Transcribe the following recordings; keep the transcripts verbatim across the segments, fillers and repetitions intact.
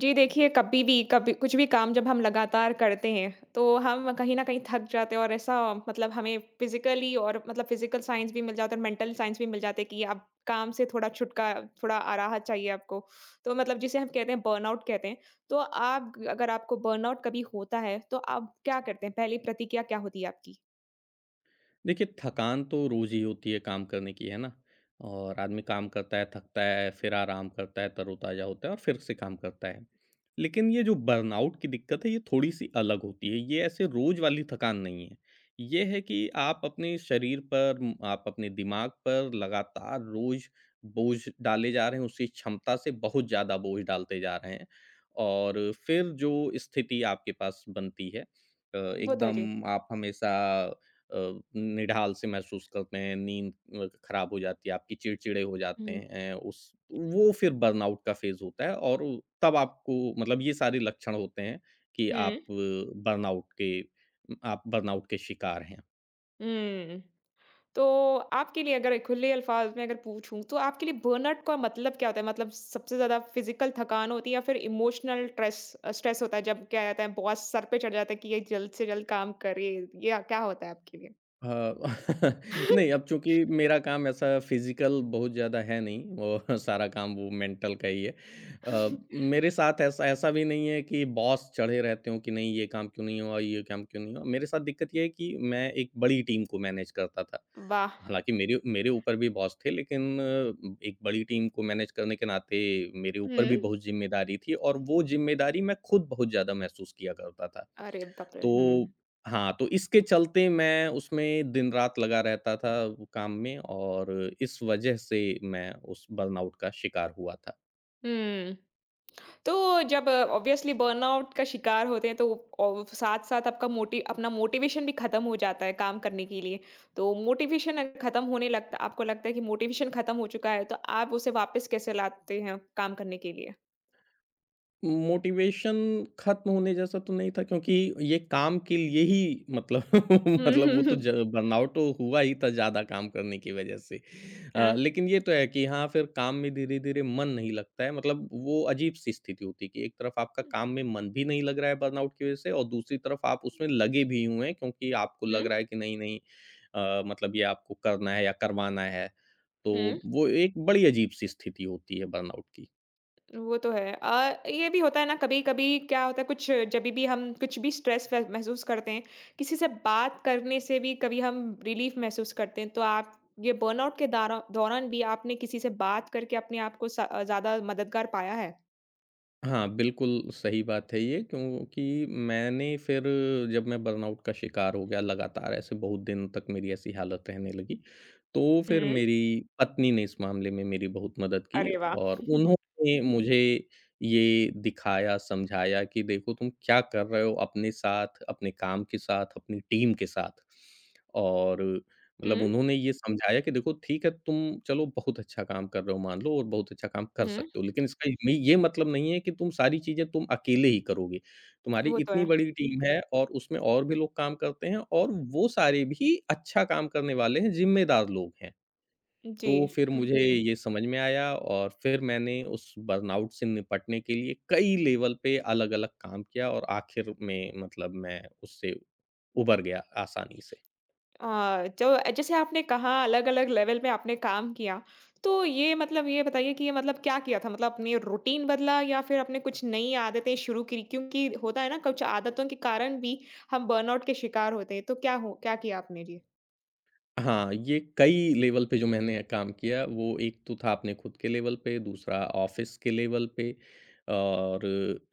जी देखिए, कभी भी कभी कुछ भी काम जब हम लगातार करते हैं, तो हम कहीं न कहीं थक जाते हैं और ऐसा मतलब हमें फ़िज़िकली और मतलब फ़िज़िकल साइंस भी मिल जाता है और मेंटल साइंस भी मिल जाता है कि अब काम से थोड़ा छुटका थोड़ा आ राहत चाहिए आपको। तो मतलब जिसे हम कहते हैं बर्नआउट कहते हैं। तो आप अगर आपको बर्नआउट कभी होता है, तो आप क्या करते हैं? पहली प्रतिक्रिया क्या होती है आपकी? देखिए, थकान तो रोज़ ही होती है काम करने की, है ना? और आदमी काम करता है, थकता है, फिर आराम करता है, तरोताज़ा होता है और फिर से काम करता है। लेकिन ये जो बर्नआउट की दिक्कत है, ये थोड़ी-सी अलग होती है। ये ऐसे रोज़ वाली थकान नहीं है। ये है कि आप अपने शरीर पर, म आप अपने दिमाग पर लगातार रोज़ बोझ डाले जा रहे हैं, उसकी क्षमता से बहुत ज़्यादा बोझ डालते जा रहे हैं। और फिर जो स्थिति आपके पास बनती है अ, वो तो है जी। एकदम आप हमेशा अ, निढाल से महसूस करते हैं, नींद अ, खराब हो जाती है आपकी, चिड़चिड़े हो जाते हुँ। हैं उस वो फिर बर्नआउट का फ़ेज़ होता है और उ- तब आपको मतलब ये सारे लक्षण होते हैं कि हुँ, आप बर्नआउट के आप बर्नआउट के शिकार हैं। हुँ। तो आपके लिए अगर खुले अल्फाज में अगर पूछूँ तो आपके लिए बर्नआउट का मतलब क्या होता है? मतलब सबसे ज़्यादा फिज़िकल थकान होती है या फिर इमोशनल ट्रेस अ, स्ट्रेस होता है जब क्या कहते हैं बॉस सर पे चढ़ जाता है कि ये जल्द से जल्द काम करे, या क्या होता है आपके लिए? हाँ, नहीं, अब चूँकि मेरा काम ऐसा फ़िज़िकल बहुत ज़्यादा है नहीं, वो सारा काम वो मेंटल का ही है। अ, मेरे साथ ऐसा ऐसा भी नहीं है कि बॉस चढ़े रहते हों कि नहीं ये काम क्यों नहीं हुआ, ये काम क्यों नहीं हुआ। मेरे साथ दिक्कत ये है कि मैं एक बड़ी टीम को मैनेज करता था। वाह! हालाँकि मेरे मेरे ऊपर भी बॉस थे, लेकिन अ, एक बड़ी टीम को मैनेज करने के नाते मेरे ऊपर भी हुँ। बहुत ज़िम्मेदारी थी और वो ज़िम्मेदारी मैं खुद बहुत ज़्यादा महसूस किया करता था। अरे बाप रे! तो हुँ। हाँ, तो इसके चलते मैं उसमें दिन-रात लगा रहता था वो काम में और इस वजह से मैं उस बर्नआउट का शिकार हुआ था। हुँ। तो जब ऑब्वियसली बर्नआउट का शिकार होते हैं तो और साथ साथ आपका मोटि अपना मोटिवेशन भी खत्म हो जाता है काम करने के लिए। तो मोटिवेशन खत्म होने लगता आपको लगता है कि मोटिवेशन खत्म हो चुका है तो आप उसे वापस कैसे लाते हैं काम करने के लिए? मोटिवेशन खत्म होने जैसा तो नहीं था क्योंकि ये काम के लिए ही मतलब हम्म मतलब हम्म वो हम्म। तो बर्नआउट तो हुआ ही था ज़्यादा काम करने की वजह से। अ, हाँ, लेकिन ये तो है कि हाँ, फिर काम में धीरे धीरे मन नहीं लगता है, मतलब वो अजीब सी स्थिति होती है कि एक तरफ आपका काम में मन भी नहीं लग रहा है बर्नआउट की वजह से और दूसरी तरफ आप उसमें लगे भी हुए हैं क्योंकि आपको लग हम्म रहा है कि नहीं नहीं अ, मतलब ये आपको करना है या करवाना है, तो हम्म। वो एक बड़ी अजीब सी स्थिति होती है बर्नआउट की। वो तो है। अ, ये भी होता है ना कभी-कभी क्या होता है कुछ जभी भी हम कुछ भी स्ट्रेस फ़े महसूस करते हैं, किसी से बात करने से भी कभी हम रिलीफ़ महसूस करते हैं। तो आप ये बर्नआउट के दारा दौरान भी आपने किसी से बात करके अपने आप को स अ, ज़्यादा मददगार पाया है? हाँ, बिल्कुल सही बात है ये क्योंकि मैंने फिर जब मैं बर्नआउट का शिकार हो गया, लगातार ऐसे बहुत दिन तक मेरी ऐसी हालत रहने लगी, तो फिर हुँ। मेरी पत्नी ने इस मामले में मेरी बहुत मदद की अरे वाह! और हुँ, उन्होंने मुझे ये दिखाया, समझाया कि देखो तुम क्या कर रहे हो अपने साथ, अपने काम के साथ, अपनी टीम के साथ, और मतलब हुँ, उन्होंने ये समझाया कि देखो ठीक है, तुम चलो बहुत अच्छा काम कर रहे हो मान लो और बहुत अच्छा काम कर हुँ, सकते हो, लेकिन इसका ये ये मतलब नहीं है कि तुम सारी चीज़ें तुम अकेले ही करोगे। तुम्हारी वो तो इतनी है। बड़ी टीम है और उसमें और भी लोग काम करते हैं और वो सारे भी अच्छा काम करने वाले हैं, ज़िम्मेदार लोग हैं। जी। तो फिर मुझे बिल्कुल ये समझ में आया और फिर मैंने उस बर्नआउट से निपटने के लिए कई लेवल पे अलग-अलग काम किया और आखिर में मतलब मैं उससे उभर गया आसानी से। अ, जो जैसे आपने कहा अलग-अलग लेवल में आपने काम किया, तो ये मतलब ये बताइए कि ये मतलब क्या किया था? मतलब अपनी रूटीन बदला या फिर आपने कुछ नई आदतें शुरू की? क्योंकि होता है ना कुछ आदतों के कारण भी हम बर्नआउट के शिकार होते हैं, तो क्या हो क्या किया आपने? जी। हाँ, ये कई लेवल पे जो मैंने काम किया, वो एक तो था अपने खुद के लेवल पे, दूसरा ऑफ़िस के लेवल पे और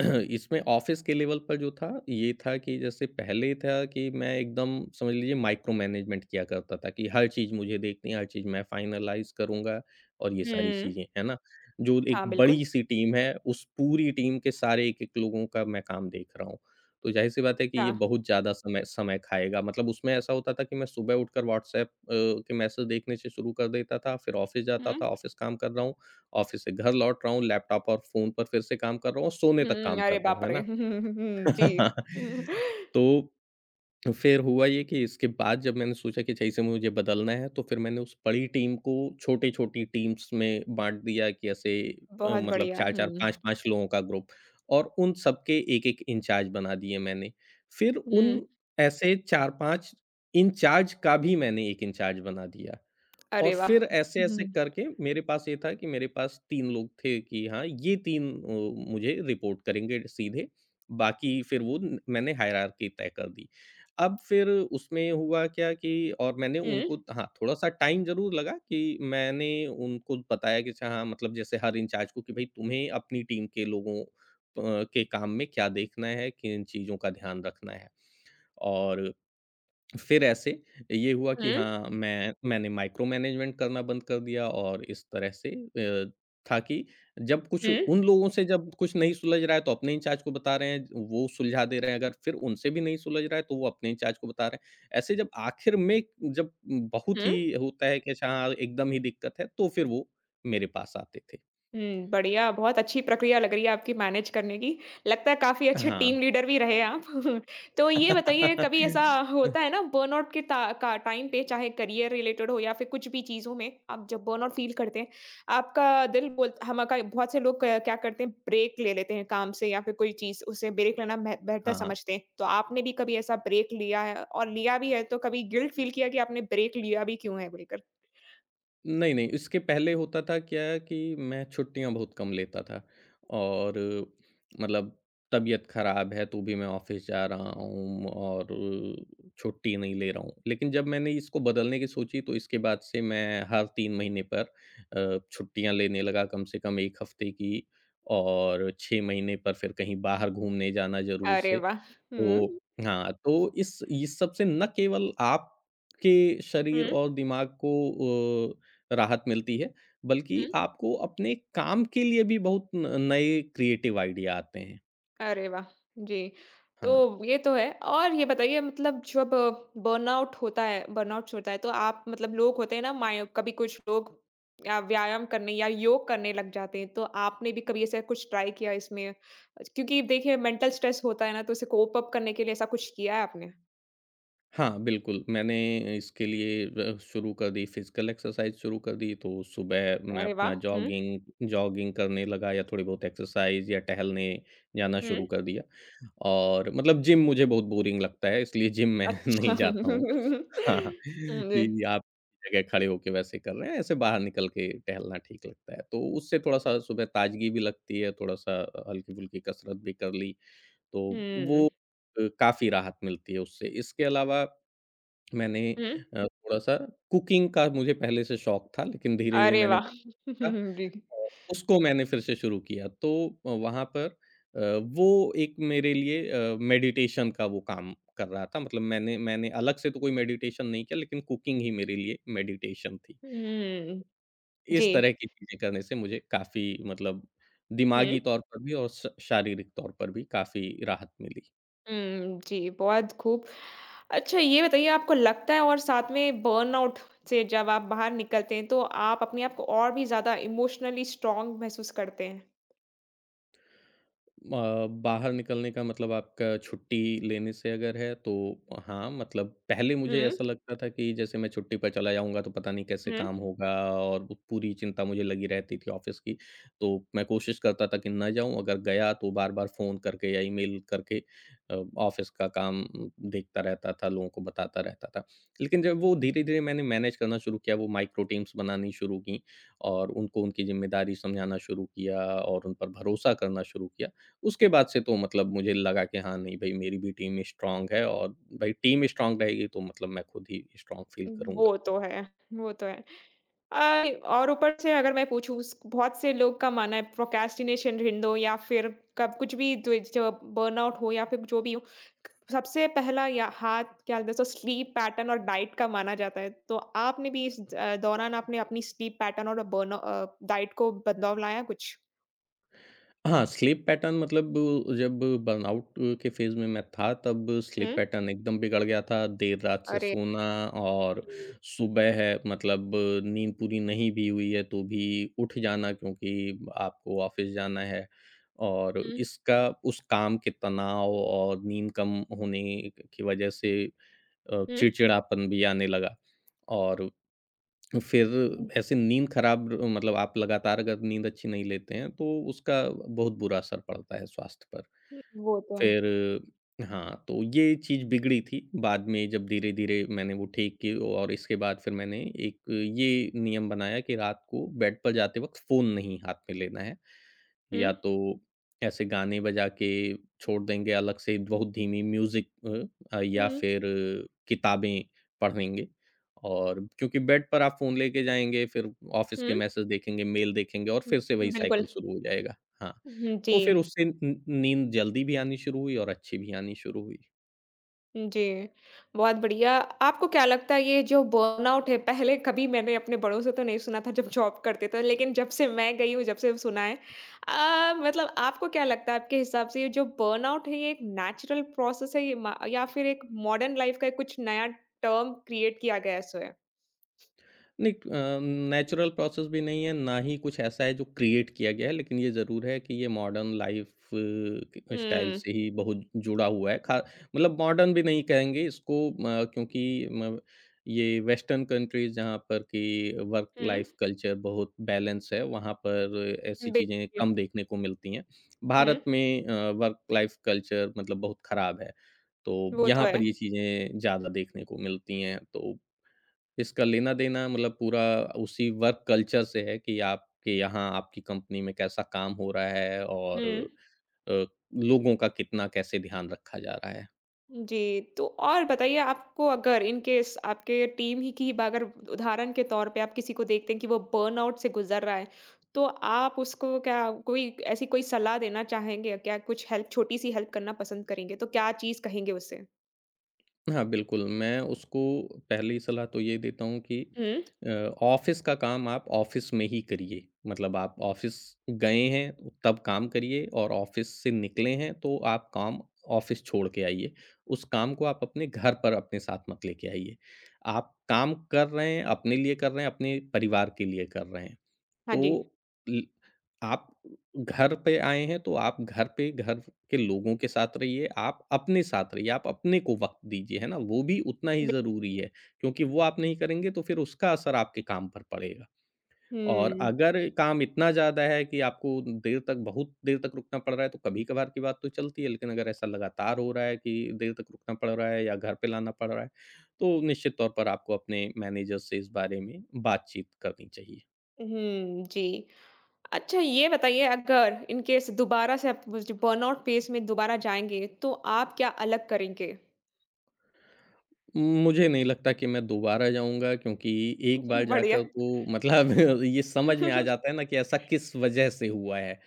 इसमें ऑफ़िस के लेवल पर जो था, ये था कि जैसे पहले था कि मैं एकदम समझ लीजिए माइक्रो मैनेजमेंट किया करता था कि हर चीज़ मुझे देखनी है, हर चीज़ मैं फ़ाइनलाइज़ करूँगा और ये सारी हुँ। चीज़ें, है ना? जो एक हाँ, बिल्कुल। बड़ी-सी टीम है, उस पूरी टीम के सारे एक-एक लोगों का मैं काम देख रहा हूँ। तो ज़ाहिर-सी बात है कि अच्छा। ये बहुत ज़्यादा समय समय खाएगा। मतलब उसमें ऐसा होता था कि मैं सुबह उठकर व्हाट्सएप अ, के मैसेज देखने से शुरू कर देता था, फिर ऑफ़िस जाता हुँ। था, ऑफ़िस काम कर रहा हूँ, ऑफ़िस से घर लौट रहा हूँ, लैपटॉप और फ़ोन पर फिर से काम कर रहा हूँ और सोने तक हुँ, काम कर अरे रहा बाप हूँ, है रे! ना? हुँ, हुँ, हुँ, हुँ, जी। हम्म, तो तो फिर हुआ ये कि इसके बाद जब मैंने सोचा कि जैसे मुझे बदलना है, तो फिर मैंने उस बड़ी टीम को छोटी-छोटी टीम्स में बाँट दिया कि ऐसे अ, बहुत मतलब बढ़िया। चार-चार हुँ, पाँच-पाँच लोगों का ग्रुप, और उन सबके एक-एक इंचार्ज बना दिए मैंने। फिर हुँ। उन ऐसे चार-पाँच इंचार्ज का भी मैंने एक इंचार्ज बना दिया। और अरे वाह! फिर हुँ, ऐसे-ऐसे हुँ, करके मेरे पास ये था कि मेरे पास तीन लोग थे कि हाँ, ये तीन अ, मुझे रिपोर्ट करेंगे सीधे, बाकी फिर वो न मैंने हायरार्की तय कर दी। अब फिर उसमें हुआ क्या कि और मैंने हुँ, उनको हाँ, थोड़ा-सा टाइम ज़रूर लगा कि मैंने उनको बताया कि अच्छा हाँ, मतलब जैसे हर इंचार्ज को कि भई तुम्हें अपनी टीम के लोगों अ, के काम में क्या देखना है, किन चीज़ों का ध्यान रखना है, और फिर ऐसे ये हुआ कि हुँ, हाँ, मैं मैंने माइक्रो मैनेजमेंट करना बंद कर दिया और इस तरह से अ, था कि जब कुछ हुँ, उन लोगों से जब कुछ नहीं सुलझ रहा है तो अपने इंचार्ज को बता रहे हैं, वो सुलझा दे रहे हैं, अगर फिर उनसे भी नहीं सुलझ रहा है तो वो अपने इंचार्ज को बता रहे हैं। ऐसे जब आखिर में जब बहुत हुँ। ही होता है कि अच्छा हाँ, एकदम ही दिक्कत है, तो फिर वो मेरे पास आते थे। हुँ, बढ़िया, बहुत अच्छी प्रक्रिया लग रही है आपकी मैनेज करने की। लगता है काफ़ी अच्छे हाँ। टीम लीडर भी रहे आप। तो ये बताइए कभी ऐसा होता है ना बर्नआउट के टा का टाइम पे चाहे करियर रिलेटेड हो या फिर कुछ भी चीज़ों में, आप जब बर्नआउट फ़ील करते हैं, आपका दिल बोल हम का बहुत से लोग क क्या करते हैं ब्रेक ले लेते हैं काम से या फिर कोई चीज़ उससे ब्रेक लेना बेह बेहतर हाँ। समझते हैं। तो आपने भी कभी ऐसा ब्रेक लिया है और लिया भी है तो कभी गिल्ट फ़ील किया कि आपने ब्रेक लिया भी क्यों है बोलकर? नहीं, नहीं, इसके पहले होता था क्या कि मैं छुट्टियाँ बहुत कम लेता था और मतलब तबीयत ख़राब है तो भी मैं ऑफ़िस जा रहा हूँ और छुट्टी नहीं ले रहा हूँ। लेकिन जब मैंने इसको बदलने की सोची तो इसके बाद से मैं हर तीन महीने पर अ, छुट्टियाँ लेने लगा, कम से कम एक हफ़्ते की, और छह महीने पर फिर कहीं बाहर घूमने जाना ज़रूर अरे से। वाह! हुँ, तो हाँ, तो इस इस सब से न केवल आपके शरीर हुँ, और दिमाग को अ, राहत मिलती है, बल्कि हुँ। आपको अपने काम के लिए भी बहुत न नए क्रिएटिव आइडिया आते हैं। अरे वाह! जी, हाँ। तो ये तो है और ये बताइए मतलब जब बर्नआउट होता है बर्नआउट होता है तो आप मतलब लोग होते हैं ना माय कभी कुछ लोग अ, व्यायाम करने या योग करने लग जाते हैं, तो आपने भी कभी ऐसा कुछ ट्राई किया इसमें? क्योंकि देखिए मेंटल स्ट्रेस होता है ना तो उसे कोप अप करने के लिए ऐसा कुछ किया है आपने? हाँ, बिल्कुल, मैंने इसके लिए अ, शुरू कर दी फिज़िकल एक्सरसाइज़ शुरू कर दी, तो सुबह मैं अरे अपना वाह! हुँ, जॉगिंग जॉगिंग करने लगा या थोड़ी बहुत एक्सरसाइज़ या टहलने जाना हुँ, शुरू कर दिया, और मतलब जिम मुझे बहुत बोरिंग लगता है, इसलिए जिम मैं अच्छा। नहीं जाता हूँ। हाँ, हाँ, हुँ, जी। कि आप जगह खड़े होके वैसे कर रहे हैं, ऐसे बाहर निकल के टहलना ठीक लगता है। तो उससे थोड़ा-सा सुबह ताज़गी भी लगती है, थोड़ा-सा अ, हल्की-फुल्की कसरत भी कर ली, तो हुँ, वो अ, काफ़ी राहत मिलती है उससे। इसके अलावा मैंने हुँ। अ, थोड़ा-सा कुकिंग का मुझे पहले से शौक था, लेकिन धीरे-धीरे अरे मैंने वाह! जी। उसको मैंने फिर से शुरू किया, तो अ, वहाँ पर अ, वो एक मेरे लिए अ, मेडिटेशन का वो काम कर रहा था, मतलब मैंने मैंने अलग से तो कोई मेडिटेशन नहीं किया, लेकिन कुकिंग ही मेरे लिए मेडिटेशन थी। हुँ, जी। इस तरह की चीज़ें करने से मुझे काफ़ी मतलब हुँ, दिमागी तौर पर भी और श शारीरिक तौर पर भी काफ़ी राहत मिली। हुँ, जी, बहुत खूब। अच्छा ये बताइए आपको लगता है और साथ में बर्नआउट से जब आप बाहर निकलते हैं, तो आप अपने आप को और भी ज़्यादा इमोशनली स्ट्रॉन्ग महसूस करते हैं? अ, बाहर निकलने का मतलब आपका छुट्टी लेने से अगर है, तो हाँ, मतलब पहले मुझे हुँ, ऐसा लगता था कि जैसे मैं छुट्टी पर चला जाऊँगा तो पता नहीं कैसे हुँ, काम होगा, और वो पूरी चिंता मुझे लगी रहती थी ऑफ़िस की। तो मैं कोशिश करता था कि ना जाऊँ, अगर गया तो बार-बार फ़ोन करके या ईमेल करके अ, ऑफ़िस का काम देखता रहता था, लोगों को बताता रहता था। लेकिन जब वो धीरे-धीरे मैंने मैनेज करना शुरू किया, वो माइक्रो टीम्स बनानी शुरू की और उनको उनकी ज़िम्मेदारी समझाना शुरू किया और उन पर भरोसा करना शुरू किया। उसके बाद से तो मतलब मुझे लगा कि हाँ, नहीं भई मेरी भी टीम स्ट्रॉन्ग है, और भई टीम स्ट्रॉन्ग रहेगी तो मतलब मैं खुद ही स्ट्रॉन्ग फ़ील करूँगा। वो तो है, वो तो है। अ, और ऊपर से अगर मैं पूछूँ उस बहुत से लोग का मानना है प्रोक्रेस्टिनेशन हिंडो या फिर कब कुछ भी जो जो बर्नआउट हो या फिर जो भी हो, सबसे पहला या हाथ क्या बोलते हैं सो स्लीप पैटर्न और डाइट का माना जाता है। तो आपने भी इस अ, दौरान आपने अपनी स्लीप पैटर्न और बर्न अ, डाइट को बदलाव लाया कुछ? हाँ, स्लीप पैटर्न मतलब जब बर्नआउट के फ़ेज़ में मैं था, तब हुँ। स्लीप पैटर्न एकदम बिगड़ गया था। देर रात से अरे! सोना और हुँ, सुबह है मतलब नींद पूरी नहीं भी हुई है तो भी उठ जाना क्योंकि आपको ऑफ़िस जाना है, और हुँ, इसका उस काम के तनाव और नींद कम होने की वज़ह से अ, हुँ, चिड़चिड़ापन भी आने लगा, और फिर ऐसे नींद खराब मतलब आप लगातार अगर नींद अच्छी नहीं लेते हैं तो उसका बहुत बुरा असर पड़ता है स्वास्थ्य पर। हुँ, वो तो है। फिर हाँ, तो ये चीज़ बिगड़ी थी। बाद में जब धीरे-धीरे मैंने वो ठीक की, और इसके बाद फिर मैंने एक ये नियम बनाया कि रात को बेड पर जाते वक़्त फ़ोन नहीं हाथ में लेना है। हुँ, या तो ऐसे गाने बजा के छोड़ देंगे अलग से बहुत धीमी म्यूज़िक, अ अ, या हुँ, फिर किताबें पढ़ेंगे, और क्योंकि बेड पर आप फ़ोन लेके जाएँगे, फिर ऑफ़िस हुँ, के मैसेज देखेंगे, मेल देखेंगे और फिर से हुँ, वही बिल्कुल। साइकिल शुरू हो जाएगा। हाँ। हुँ, जी। तो फिर उससे न नींद जल्दी भी आनी शुरू हुई और अच्छी भी आनी शुरू हुई। जी, बहुत बढ़िया। आपको क्या लगता है ये जो बर्नआउट है पहले कभी मैंने अपने बड़ों से तो नहीं सुना था जब जॉब करते थे लेकिन जब से मैं गई हूँ, जब से सुना है। अ, मतलब आपको क्या लगता है आपके हिसाब से ये जो बर्नआउट है ये एक नेचुरल प्रोसेस है ये मा या फिर एक मॉडर्न लाइफ का कुछ नया टर्म क्रिएट किया गया है सो है? नहीं अ, नेचुरल प्रोसेस भी नहीं है, ना ही कुछ ऐसा है जो क्रिएट किया गया है, लेकिन ये ज़रूर है कि ये मॉडर्न लाइफ़ क स्टाइल हुँ, से ही बहुत जुड़ा हुआ है। खा मतलब मॉडर्न भी नहीं कहेंगे इसको अ, क्योंकि म ये वेस्टर्न कंट्रीज़ जहाँ पर कि वर्क हुँ। लाइफ़ कल्चर बहुत बैलेंस है, वहाँ पर ऐसी चीज़ें बिल्कुल, कम देखने को मिलती हैं। हुँ, भारत में अ, वर्क लाइफ़ कल्चर मतलब बहुत खराब है, तो वो तो यहाँ है। पर ये चीज़ें ज़्यादा देखने को मिलती हैं, तो इसका लेना-देना मतलब पूरा उसी वर्क कल्चर से है कि आपके यहाँ आपकी कंपनी में कैसा काम हो रहा है, और हुँ। अ, लोगों का कितना कैसे ध्यान रखा जा रहा है। जी, तो और बताइए आपको अगर इन केस आपके टीम ही की ब अगर उदाहरण के तौर पे आप किसी को देखते हैं कि वो बर्नआउट से गुज़र रहा है, तो आप उसको क्या कोई ऐसी कोई सलाह देना चाहेंगे? क्या कुछ हेल्प छोटी-सी हेल्प करना पसंद करेंगे? तो क्या चीज़ कहेंगे उसे? हाँ, बिल्कुल, मैं उसको पहली सलाह तो ये देता हूँ कि हुँ, अ, ऑफ़िस का काम आप ऑफ़िस में ही करिए। मतलब आप ऑफ़िस गए हैं तब काम करिए, और ऑफ़िस से निकले हैं तो आप काम ऑफ़िस छोड़ के आइए। उस काम को आप अपने घर पर अपने साथ मत लेके आइए। आप काम कर रहे हैं, अपने लिए कर रहे हैं, अपने परिवार के लिए कर रहे हैं। हाँ जी। तो ल आप घर पे आए हैं तो आप घर पे घर के लोगों के साथ रहिए, आप अपने साथ रहिए, आप अपने को वक़्त दीजिए, है ना? वो भी उतना ही बि ज़रूरी है क्योंकि वो आप नहीं करेंगे तो फिर उसका असर आपके काम पर पड़ेगा। और हुँ। अगर काम इतना ज़्यादा है कि आपको देर तक बहुत देर तक रुकना पड़ रहा है, तो कभी-कभार की बात तो चलती है, लेकिन अगर ऐसा लगातार हो रहा है कि देर तक रुकना पड़ रहा है या घर पे लाना पड़ रहा है, तो निश्चित तौर पर आपको अपने मैनेजर से इस बारे में बातचीत करनी चाहिए। हुँ, जी। अच्छा ये बताइए अगर इन केस दोबारा से आप मुझे बर्नआउट फेज़ में दोबारा जाएँगे, तो आप क्या अलग करेंगे? मुझे नहीं लगता कि मैं दोबारा जाऊँगा, क्योंकि एक बार बढ़िया। जाकर तो मतलब ये समझ में आ जाता है ना कि ऐसा किस वजह से हुआ है,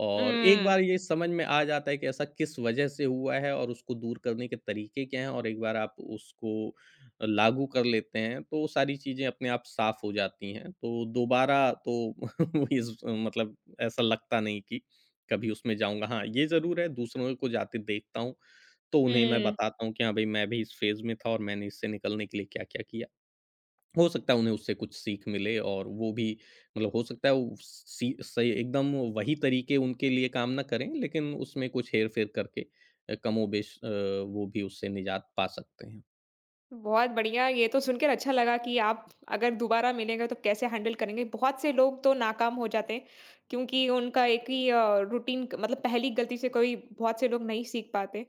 और एक हुँ, बार ये समझ में आ जाता है कि ऐसा किस वजह से हुआ है और उसको दूर करने के तरीके क्या हैं और एक बार आप उसको लागू कर लेते हैं, तो सारी चीज़ें अपने आप साफ़ हो जाती हैं। तो दोबारा तो इस मतलब ऐसा लगता नहीं कि कभी उसमें जाऊँगा। हाँ, ये ज़रूर है, दूसरों को जाते देखता हूँ तो उन्हें मैं हुँ। बताता हूँ कि हाँ भाई मैं भी इस फेज़ में था और मैंने इससे निकलने के लिए क्या-क्या किया। हो सकता है उन्हें उससे कुछ सीख मिले और वो भी मतलब हो सकता है वो सी सही एकदम वही तरीके उनके लिए काम ना करें, लेकिन उसमें कुछ हेर-फेर करके अ, कमोबेश अ, वो भी उससे निजात पा सकते हैं। बहुत बढ़िया, ये तो सुनकर अच्छा लगा कि आप अगर दोबारा मिलेंगे तो कैसे हैंडल करेंगे। बहुत से लोग तो नाकाम हो जाते हैं क्योंकि उनका एक ही अ, रूटीन क मतलब पहली गलती से कोई बहुत से लोग नहीं सीख पाते।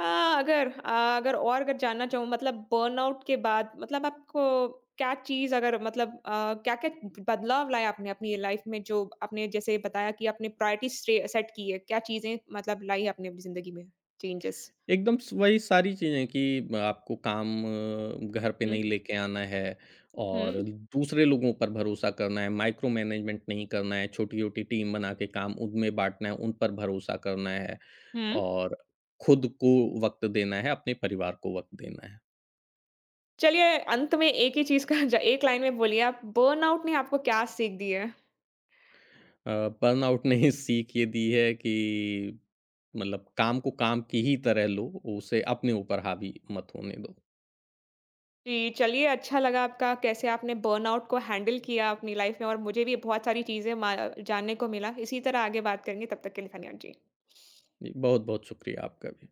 अ, अगर अ, अगर और अगर जानना चाहूँ मतलब बर्नआउट के बाद मतलब आपको क्या चीज़ अगर मतलब अ, क्या-क्या बदलाव लाए आपने अपनी लाइफ में जो आपने जैसे बताया कि आपने प्रायोरिटी स्टे सेट की है, क्या चीज़ें मतलब लाई आपने अपनी ज़िंदगी में चेंजेस? एकदम स वही सारी चीज़ें कि ब आपको काम अ, घर पे हुँ, नहीं लेके आना है, हुँ, और दूसरे लोगों पर भरोसा करना है, माइक्रो मैनेजमेंट नहीं करना है, छोटी-छोटी टीम बना के काम उनमें बाँटना है, उन पर भरोसा करना है, हुँ। और खुद को वक़्त देना है, अपने परिवार को वक़्त देना है। चलिए अंत में एक ही चीज का ज- एक लाइन में बोलिए आप बर्नआउट ने आपको क्या सीख दी है? अ, बर्नआउट ने सीख ये दी है कि मतलब काम को काम की ही तरह लो, उसे अपने ऊपर हावी मत होने दो। जी चलिए अच्छा लगा आपका कैसे आपने बर्नआउट को हैंडल किया अपनी लाइफ में और मुझे भी बहुत सारी चीजें मा- जानने को मिला इसी तरह आगे बात करेंगे तब तक के लिए धन्यवाद जी। जी, बहुत-बहुत शुक्रिया आपका भी।